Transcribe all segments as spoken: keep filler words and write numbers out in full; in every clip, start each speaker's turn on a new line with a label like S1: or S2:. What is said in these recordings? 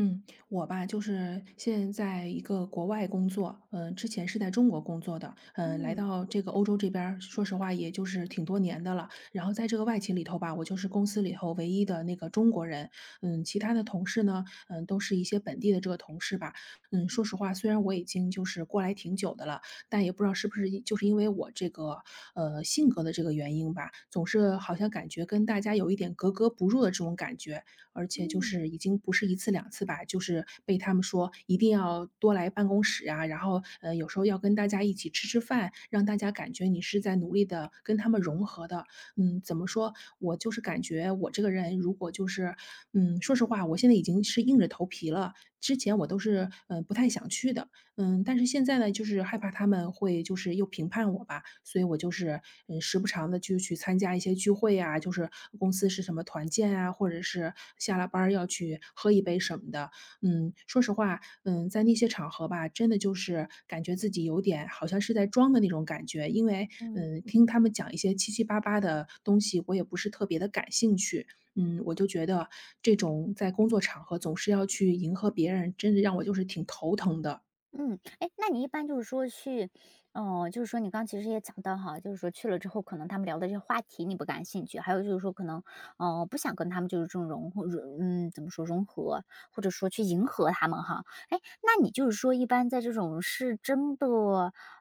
S1: 嗯，我吧，就是现在在一个国外工作，嗯、之前是在中国工作的，嗯、来
S2: 嗯，
S1: 到这个欧洲这边儿说实话，也就是挺多年的了。然后在这个外企里头吧，我就是公司里头唯一的那个中国人，嗯，其他的同事呢，嗯、都是一些本地的这个同事吧，嗯，说实话，虽然我已经就是过来挺久的了，但也不知道是不是因就是因为我这个呃性格的这个原因吧，总是好像感觉跟大家有一点格格不入的这种感觉，而且就
S2: 嗯，
S1: 是已经不是一次两次吧，就是被他们说一定要多来办公室啊，然后呃有时候要跟大家一起吃吃饭，让大家感觉你是在努力的跟他们融合的。嗯，怎么说？我就是感觉我这个人如果就是嗯，说实话，我现在已经是硬着头皮了。之前我都是嗯、呃不太想去的，嗯，但是现在呢，就是害怕他们会就是又评判我吧，所以我就是，嗯，时不常的就去参加一些聚会啊，就是公司是什么团建啊，或者是下了班儿要去喝一杯什么的。嗯，说实话，嗯，在那些场合吧，真的就是感觉自己有点好像是在装的那种感觉，因为，
S2: 嗯。
S1: 嗯，听他们讲一些七七八八的东西，我也不是特别的感兴趣。嗯，我就觉得这种在工作场合总是要去迎合别人，真的让我就是挺头疼的。
S2: 嗯，哎，那你一般就是说去，哦，就是说你刚其实也讲到哈，就是说去了之后，可能他们聊的这些话题你不感兴趣，还有就是说可能，哦，不想跟他们就是这种融合，融嗯，怎么说融合，或者说去迎合他们哈。哎，那你就是说一般在这种是真的，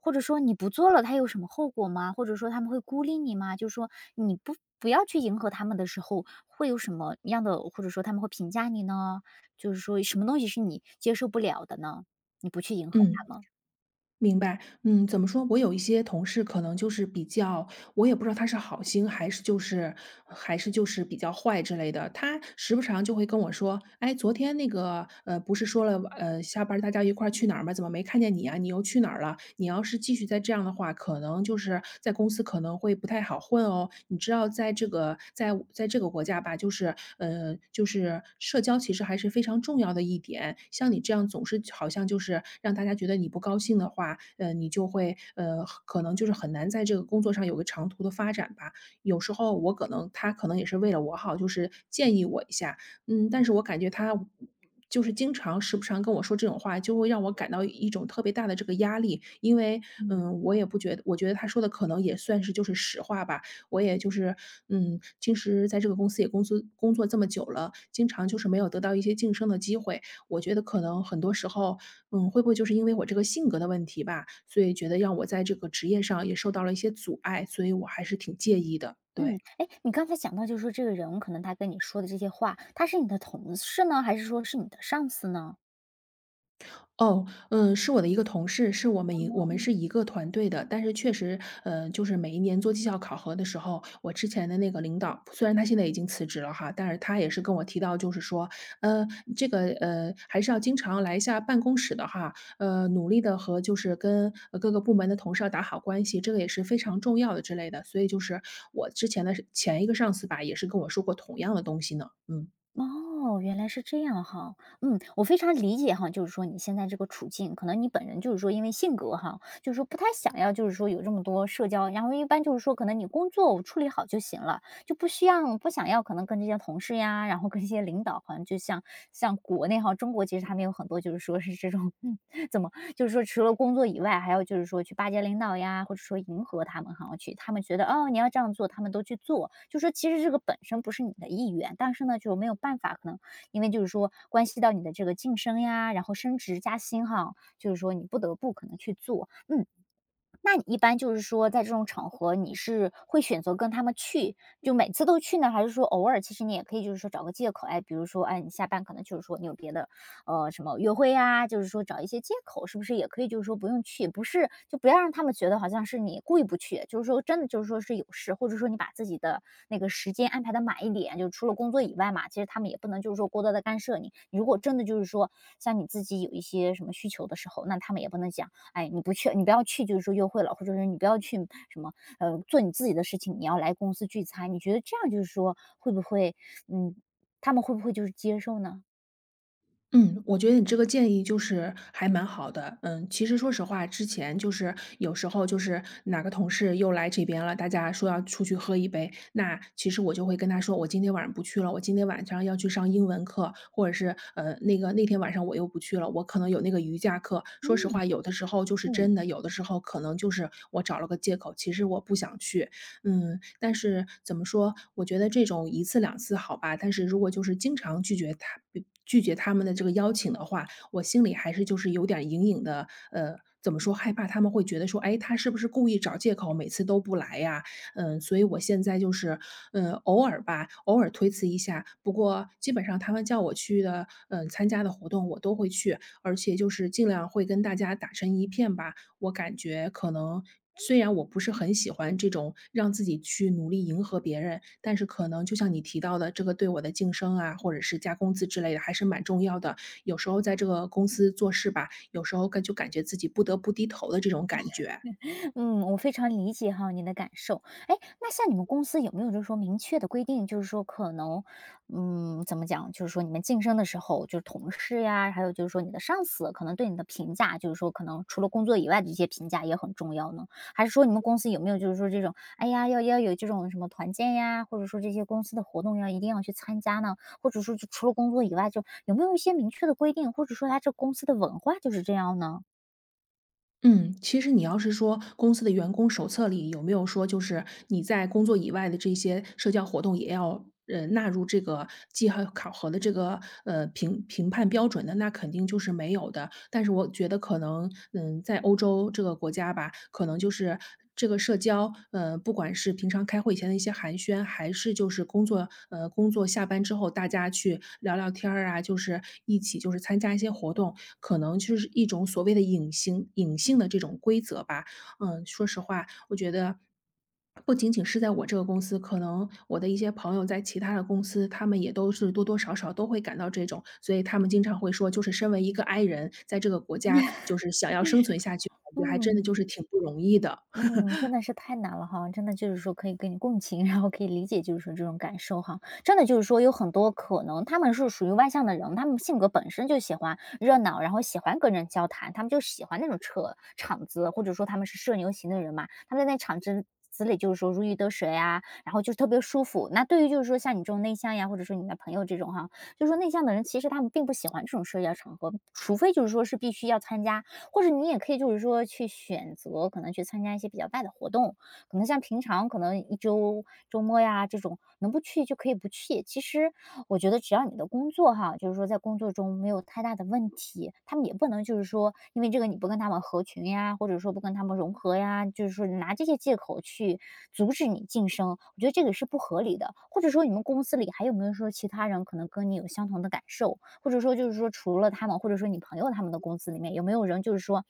S2: 或者说你不做了，他有什么后果吗？或者说他们会孤立你吗？就是说你不不要去迎合他们的时候，会有什么样的，或者说他们会评价你呢？就是说什么东西是你接受不了的呢？你不去迎合
S1: 嗯，
S2: 他吗？
S1: 明白。嗯，怎么说？我有一些同事可能就是比较，我也不知道他是好心还是就是还是就是比较坏之类的。他时不常就会跟我说：“哎，昨天那个呃，不是说了呃，下班儿大家一块儿去哪儿吗？怎么没看见你啊？你又去哪儿了？你要是继续再这样的话，可能就是就是在公司可能会不太好混哦。你知道在这个在在这个国家吧，就是呃，就是社交其实还是非常重要的一点。像你这样总是好像就是让大家觉得你不高兴的话，呃，你就会呃，可能就是很难在这个工作上有个长途的发展吧。有时候我可能他可能也是为了我好，就是建议我一下，嗯，但是我感觉他就是经常时不常跟我说这种话，就会让我感到一种特别大的这个压力。因为，
S2: 嗯
S1: 嗯，我也不觉得，我觉得他说的可能也算是就是实话吧。我也就是，嗯，其实在这个公司也工作工作这么久了，经常就是没有得到一些晋升的机会。我觉得可能很多时候，嗯，会不会就是因为我这个性格的问题吧，所以觉得让我在这个职业上也受到了一些阻碍，所以我还是挺介意的。对。
S2: 嗯，哎，你刚才讲到就是说这个人可能他跟你说的这些话，他是你的同事呢，还是说是你的上司呢？
S1: 哦，嗯，是我的一个同事，是我们一我们是一个团队的，但是确实，呃，就是每一年做绩效考核的时候，我之前的那个领导，虽然他现在已经辞职了哈，但是他也是跟我提到，就是说，呃，这个呃，还是要经常来一下办公室的哈，呃，努力的和就是跟呃各个部门的同事要打好关系，这个也是非常重要的之类的。所以就是我之前的前一个上司吧，也是跟我说过同样的东西呢，嗯。
S2: 哦，原来是这样哈。嗯，我非常理解哈，就是说你现在这个处境，可能你本人就是说因为性格哈，就是说不太想要，就是说有这么多社交，然后一般就是说可能你工作我处理好就行了，就不需要不想要可能跟这些同事呀，然后跟这些领导，好像就像像国内哈，中国其实他们有很多就是说是这种，嗯，怎么就是说除了工作以外，还要就是说去巴结领导呀，或者说迎合他们哈，我去他们觉得哦你要这样做，他们都去做。就说其实这个本身不是你的意愿，但是呢就没有办法，可能因为就是说关系到你的这个晋升呀，然后升职加薪哈，就是说你不得不可能去做。嗯，那你一般就是说在这种场合，你是会选择跟他们去，就每次都去呢？还是说偶尔其实你也可以就是说找个借口，哎，比如说，哎，你下班可能就是说你有别的，呃，什么约会啊，就是说找一些借口，是不是也可以就是说不用去？不是，就不要让他们觉得好像是你故意不去，就是说真的就是说是有事，或者说你把自己的那个时间安排的满一点，就除了工作以外嘛，其实他们也不能就是说过多的干涉你。你如果真的就是说像你自己有一些什么需求的时候，那他们也不能讲。哎，你不去你不要去就是说约会了，或者是你不要去什么，呃，做你自己的事情，你要来公司聚餐。你觉得这样就是说会不会嗯，他们会不会就是接受呢？
S1: 嗯，我觉得你这个建议就是还蛮好的。嗯，其实说实话，之前就是有时候就是哪个同事又来这边了，大家说要出去喝一杯，那其实我就会跟他说，我今天晚上不去了，我今天晚上要去上英文课，或者是呃那个那天晚上我又不去了，我可能有那个瑜伽课。说实
S2: 嗯
S1: 话，有的时候就是
S2: 嗯。
S1: 真的，有的时候可能就是我找了个借口，其实我不想去。嗯，但是怎么说，我觉得这种一次两次好吧，但是如果就是经常拒绝他嗯拒绝他们的这个邀请的话，我心里还是就是有点隐隐的，呃，怎么说，害怕他们会觉得说：“哎，他是不是故意找借口，每次都不来呀？”嗯，所以我现在就是，嗯，偶尔吧，偶尔推辞一下，不过基本上他们叫我去的，嗯，参加的活动我都会去，而且就是尽量会跟大家打成一片吧。我感觉可能虽然我不是很喜欢这种让自己去努力迎合别人，但是可能就像你提到的，这个对我的晋升啊，或者是加工资之类的，还是蛮重要的。有时候在这个公司做事吧，有时候感就感觉自己不得不低头的这种感觉。
S2: 嗯，我非常理解哈你的感受。哎，那像你们公司有没有就是说明确的规定，就是说可能，嗯，怎么讲，就是说你们晋升的时候，就是同事呀，还有就是说你的上司，可能对你的评价，就是说可能除了工作以外的一些评价也很重要呢？还是说你们公司有没有就是说这种，哎呀，要要有这种什么团建呀，或者说这些公司的活动要一定要去参加呢？或者说就除了工作以外，就有没有一些明确的规定，或者说他这公司的文化就是这样呢？
S1: 嗯，其实你要是说公司的员工手册里有没有说，就是你在工作以外的这些社交活动也要呃纳入这个绩效考核的这个呃评评判标准的，那肯定就是没有的。但是我觉得可能，嗯，在欧洲这个国家吧，可能就是这个社交，呃，不管是平常开会前的一些寒暄，还是就是工作，呃，工作下班之后大家去聊聊天儿啊，就是一起就是参加一些活动，可能就是一种所谓的隐形隐性的这种规则吧。嗯，说实话，我觉得不仅仅是在我这个公司，可能我的一些朋友在其他的公司，他们也都是多多少少都会感到这种，所以他们经常会说，就是身为一个 i 人，在这个国家 就是想要生存下去，感觉还真的
S2: 嗯
S1: 就是挺不容易的。
S2: 嗯，真的是太难了哈，真的就是说可以跟你共情，然后可以理解，就是说这种感受哈。真的就是说有很多可能他们是属于外向的人，他们性格本身就喜欢热闹，然后喜欢跟人交谈，他们就喜欢那种扯场子，或者说他们是社牛型的人嘛，他们在那场子子里就是说如鱼得水啊，然后就是特别舒服。那对于就是说像你这种内向呀，或者说你的朋友这种哈，就是说内向的人其实他们并不喜欢这种社交场合，除非就是说是必须要参加或者你也可以就是说去选择，可能去参加一些比较大的活动，可能像平常可能一周周末呀这种能不去就可以不去。其实我觉得只要你的工作哈，就是说在工作中没有太大的问题，他们也不能就是说因为这个你不跟他们合群呀，或者说不跟他们融合呀，就是说拿这些借口去阻止你晋升，我觉得这个是不合理的。或者说你们公司里还有没有说其他人可能跟你有相同的感受，或者说就是说除了他们，或者说你朋友他们的公司里面，有没有人就是说，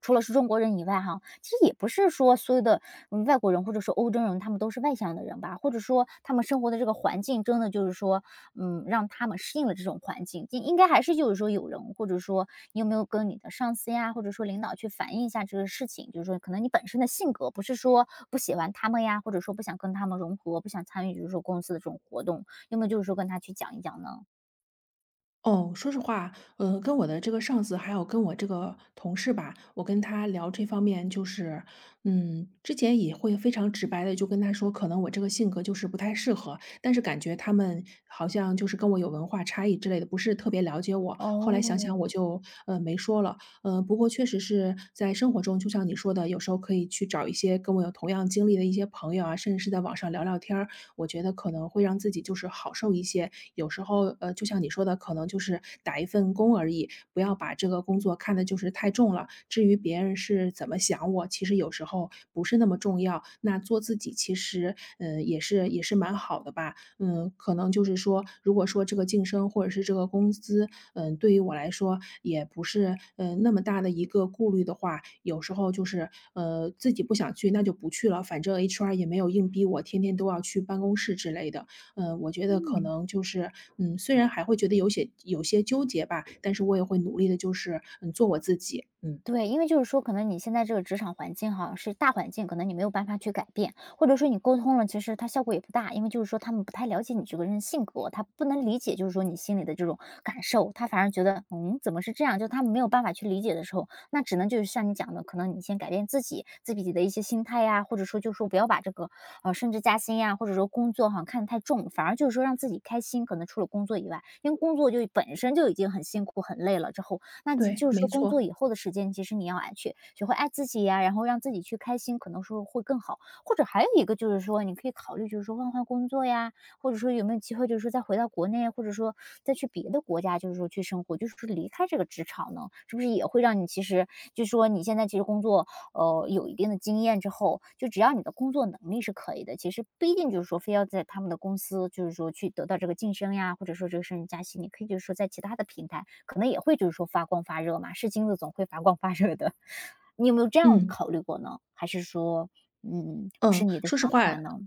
S2: 除了是中国人以外哈，其实也不是说所有的嗯外国人或者说欧洲人他们都是外向的人吧，或者说他们生活的这个环境真的就是说，嗯，让他们适应了这种环境，应应该还是就是说有人或者说你有没有跟你的上司呀，或者说领导去反映一下这个事情，就是说可能你本身的性格不是说不喜欢他们呀，或者说不想跟他们融合，不想参与就是说公司的这种活动，有没有就是说跟他去讲一讲呢？
S1: 哦，说实话，呃，跟我的这个上司，还有跟我这个同事吧，我跟他聊这方面，就是，嗯，之前也会非常直白的就跟他说，可能我这个性格就是不太适合，但是感觉他们好像就是跟我有文化差异之类的，不是特别了解我。后来想想，
S2: 哦，
S1: 我就呃没说了。呃，不过确实是在生活中，就像你说的，有时候可以去找一些跟我有同样经历的一些朋友啊，甚至是在网上聊聊天儿，我觉得可能会让自己就是好受一些。有时候，呃，就像你说的，可能就是打一份工而已，不要把这个工作看得就是太重了。至于别人是怎么想我，其实有时候不是那么重要。那做自己，其实，嗯、也是也是蛮好的吧。嗯，可能就是说，如果说这个晋升或者是这个工资嗯，对于我来说也不是，嗯那么大的一个顾虑的话，有时候就是，呃，自己不想去，那就不去了，反正 H R 也没有硬逼我天天都要去办公室之类的。呃，我觉得可
S2: 嗯，
S1: 能就是，嗯，虽然还会觉得有些有些纠结吧，但是我也会努力的，就是，嗯，做我自己。嗯，
S2: 对，因为就是说，可能你现在这个职场环境哈，是大环境，可能你没有办法去改变，或者说你沟通了，其实它效果也不大，因为就是说他们不太了解你这个人性格，他不能理解，就是说你心里的这种感受，他反而觉得，嗯，怎么是这样？就他们没有办法去理解的时候，那只能就是像你讲的，可能你先改变自己自己的一些心态呀，或者说就是说不要把这个呃升职加薪呀，或者说工作哈看得太重，反而就是说让自己开心，可能除了工作以外，因为工作就本身就已经很辛苦很累了之后。那
S1: 对，
S2: 就是
S1: 没
S2: 说工作
S1: 错，
S2: 以后的时间，其实你要爱去学会爱自己呀，然后让自己去开心，可能说会更好。或者还有一个就是说，你可以考虑就是说换换工作呀，或者说有没有机会就是说再回到国内，或者说再去别的国家，就是说去生活，就是说离开这个职场呢，是不是也会让你其实就说你现在其实工作呃，有一定的经验之后，就只要你的工作能力是可以的，其实不一定就是说非要在他们的公司，就是说去得到这个晋升呀，或者说这个升职加薪，你可以就是说在其他的平台，可能也会就是说发光发热嘛，是金子总会发光发热的。你有没有这样
S1: 嗯，
S2: 考虑过呢？还是说，嗯，
S1: 嗯，
S2: 是你的
S1: 说实
S2: 想
S1: 话
S2: 法呢？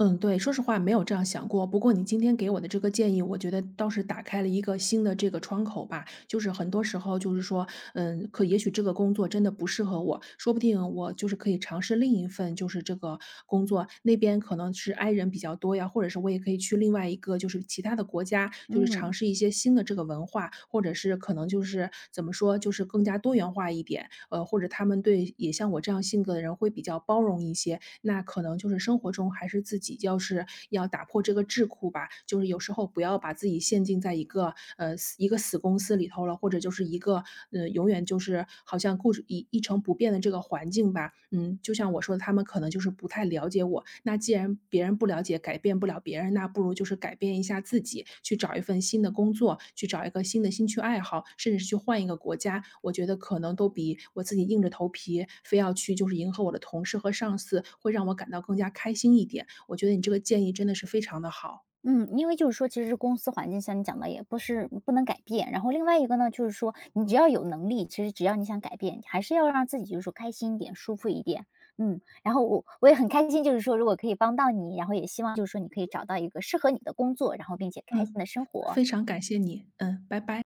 S1: 嗯，对，说实话没有这样想过。不过你今天给我的这个建议，我觉得倒是打开了一个新的这个窗口吧。就是很多时候，就是说，嗯，可也许这个工作真的不适合我，说不定我就是可以尝试另一份，就是这个工作那边可能是 i 人比较多呀，或者是我也可以去另外一个就是其他的国家，就是尝
S2: 嗯。
S1: 试一些新的这个文化，或者是可能就是怎么说，就是更加多元化一点。呃，或者他们对也像我这样性格的人会比较包容一些，那可能就是生活中还是自己要是要打破这个桎梏吧，就是有时候不要把自己陷进在一个呃死一个死公司里头了，或者就是一个嗯永远就是好像固执一一成不变的这个环境吧。嗯，就像我说的，他们可能就是不太了解我。那既然别别人不了解，改变不了别人，那不如就是改变一下自己，去找一份新的工作，去找一个新的兴趣爱好，甚至是去换一个国家。我觉得可能都比我自己硬着头皮非要去就是迎合我的同事和上司，会让我感到更加开心一点。我觉得你这个建议真的是非常的好，
S2: 嗯，因为就是说，其实公司环境像你讲的也不是不能改变，然后另外一个呢，就是说你只要有能力，其实只要你想改变，还是要让自己就是说开心一点、舒服一点，嗯。然后我我也很开心，就是说如果可以帮到你，然后也希望就是说你可以找到一个适合你的工作，然后并且开心
S1: 嗯，
S2: 的生活。
S1: 非常感谢你，嗯，拜拜。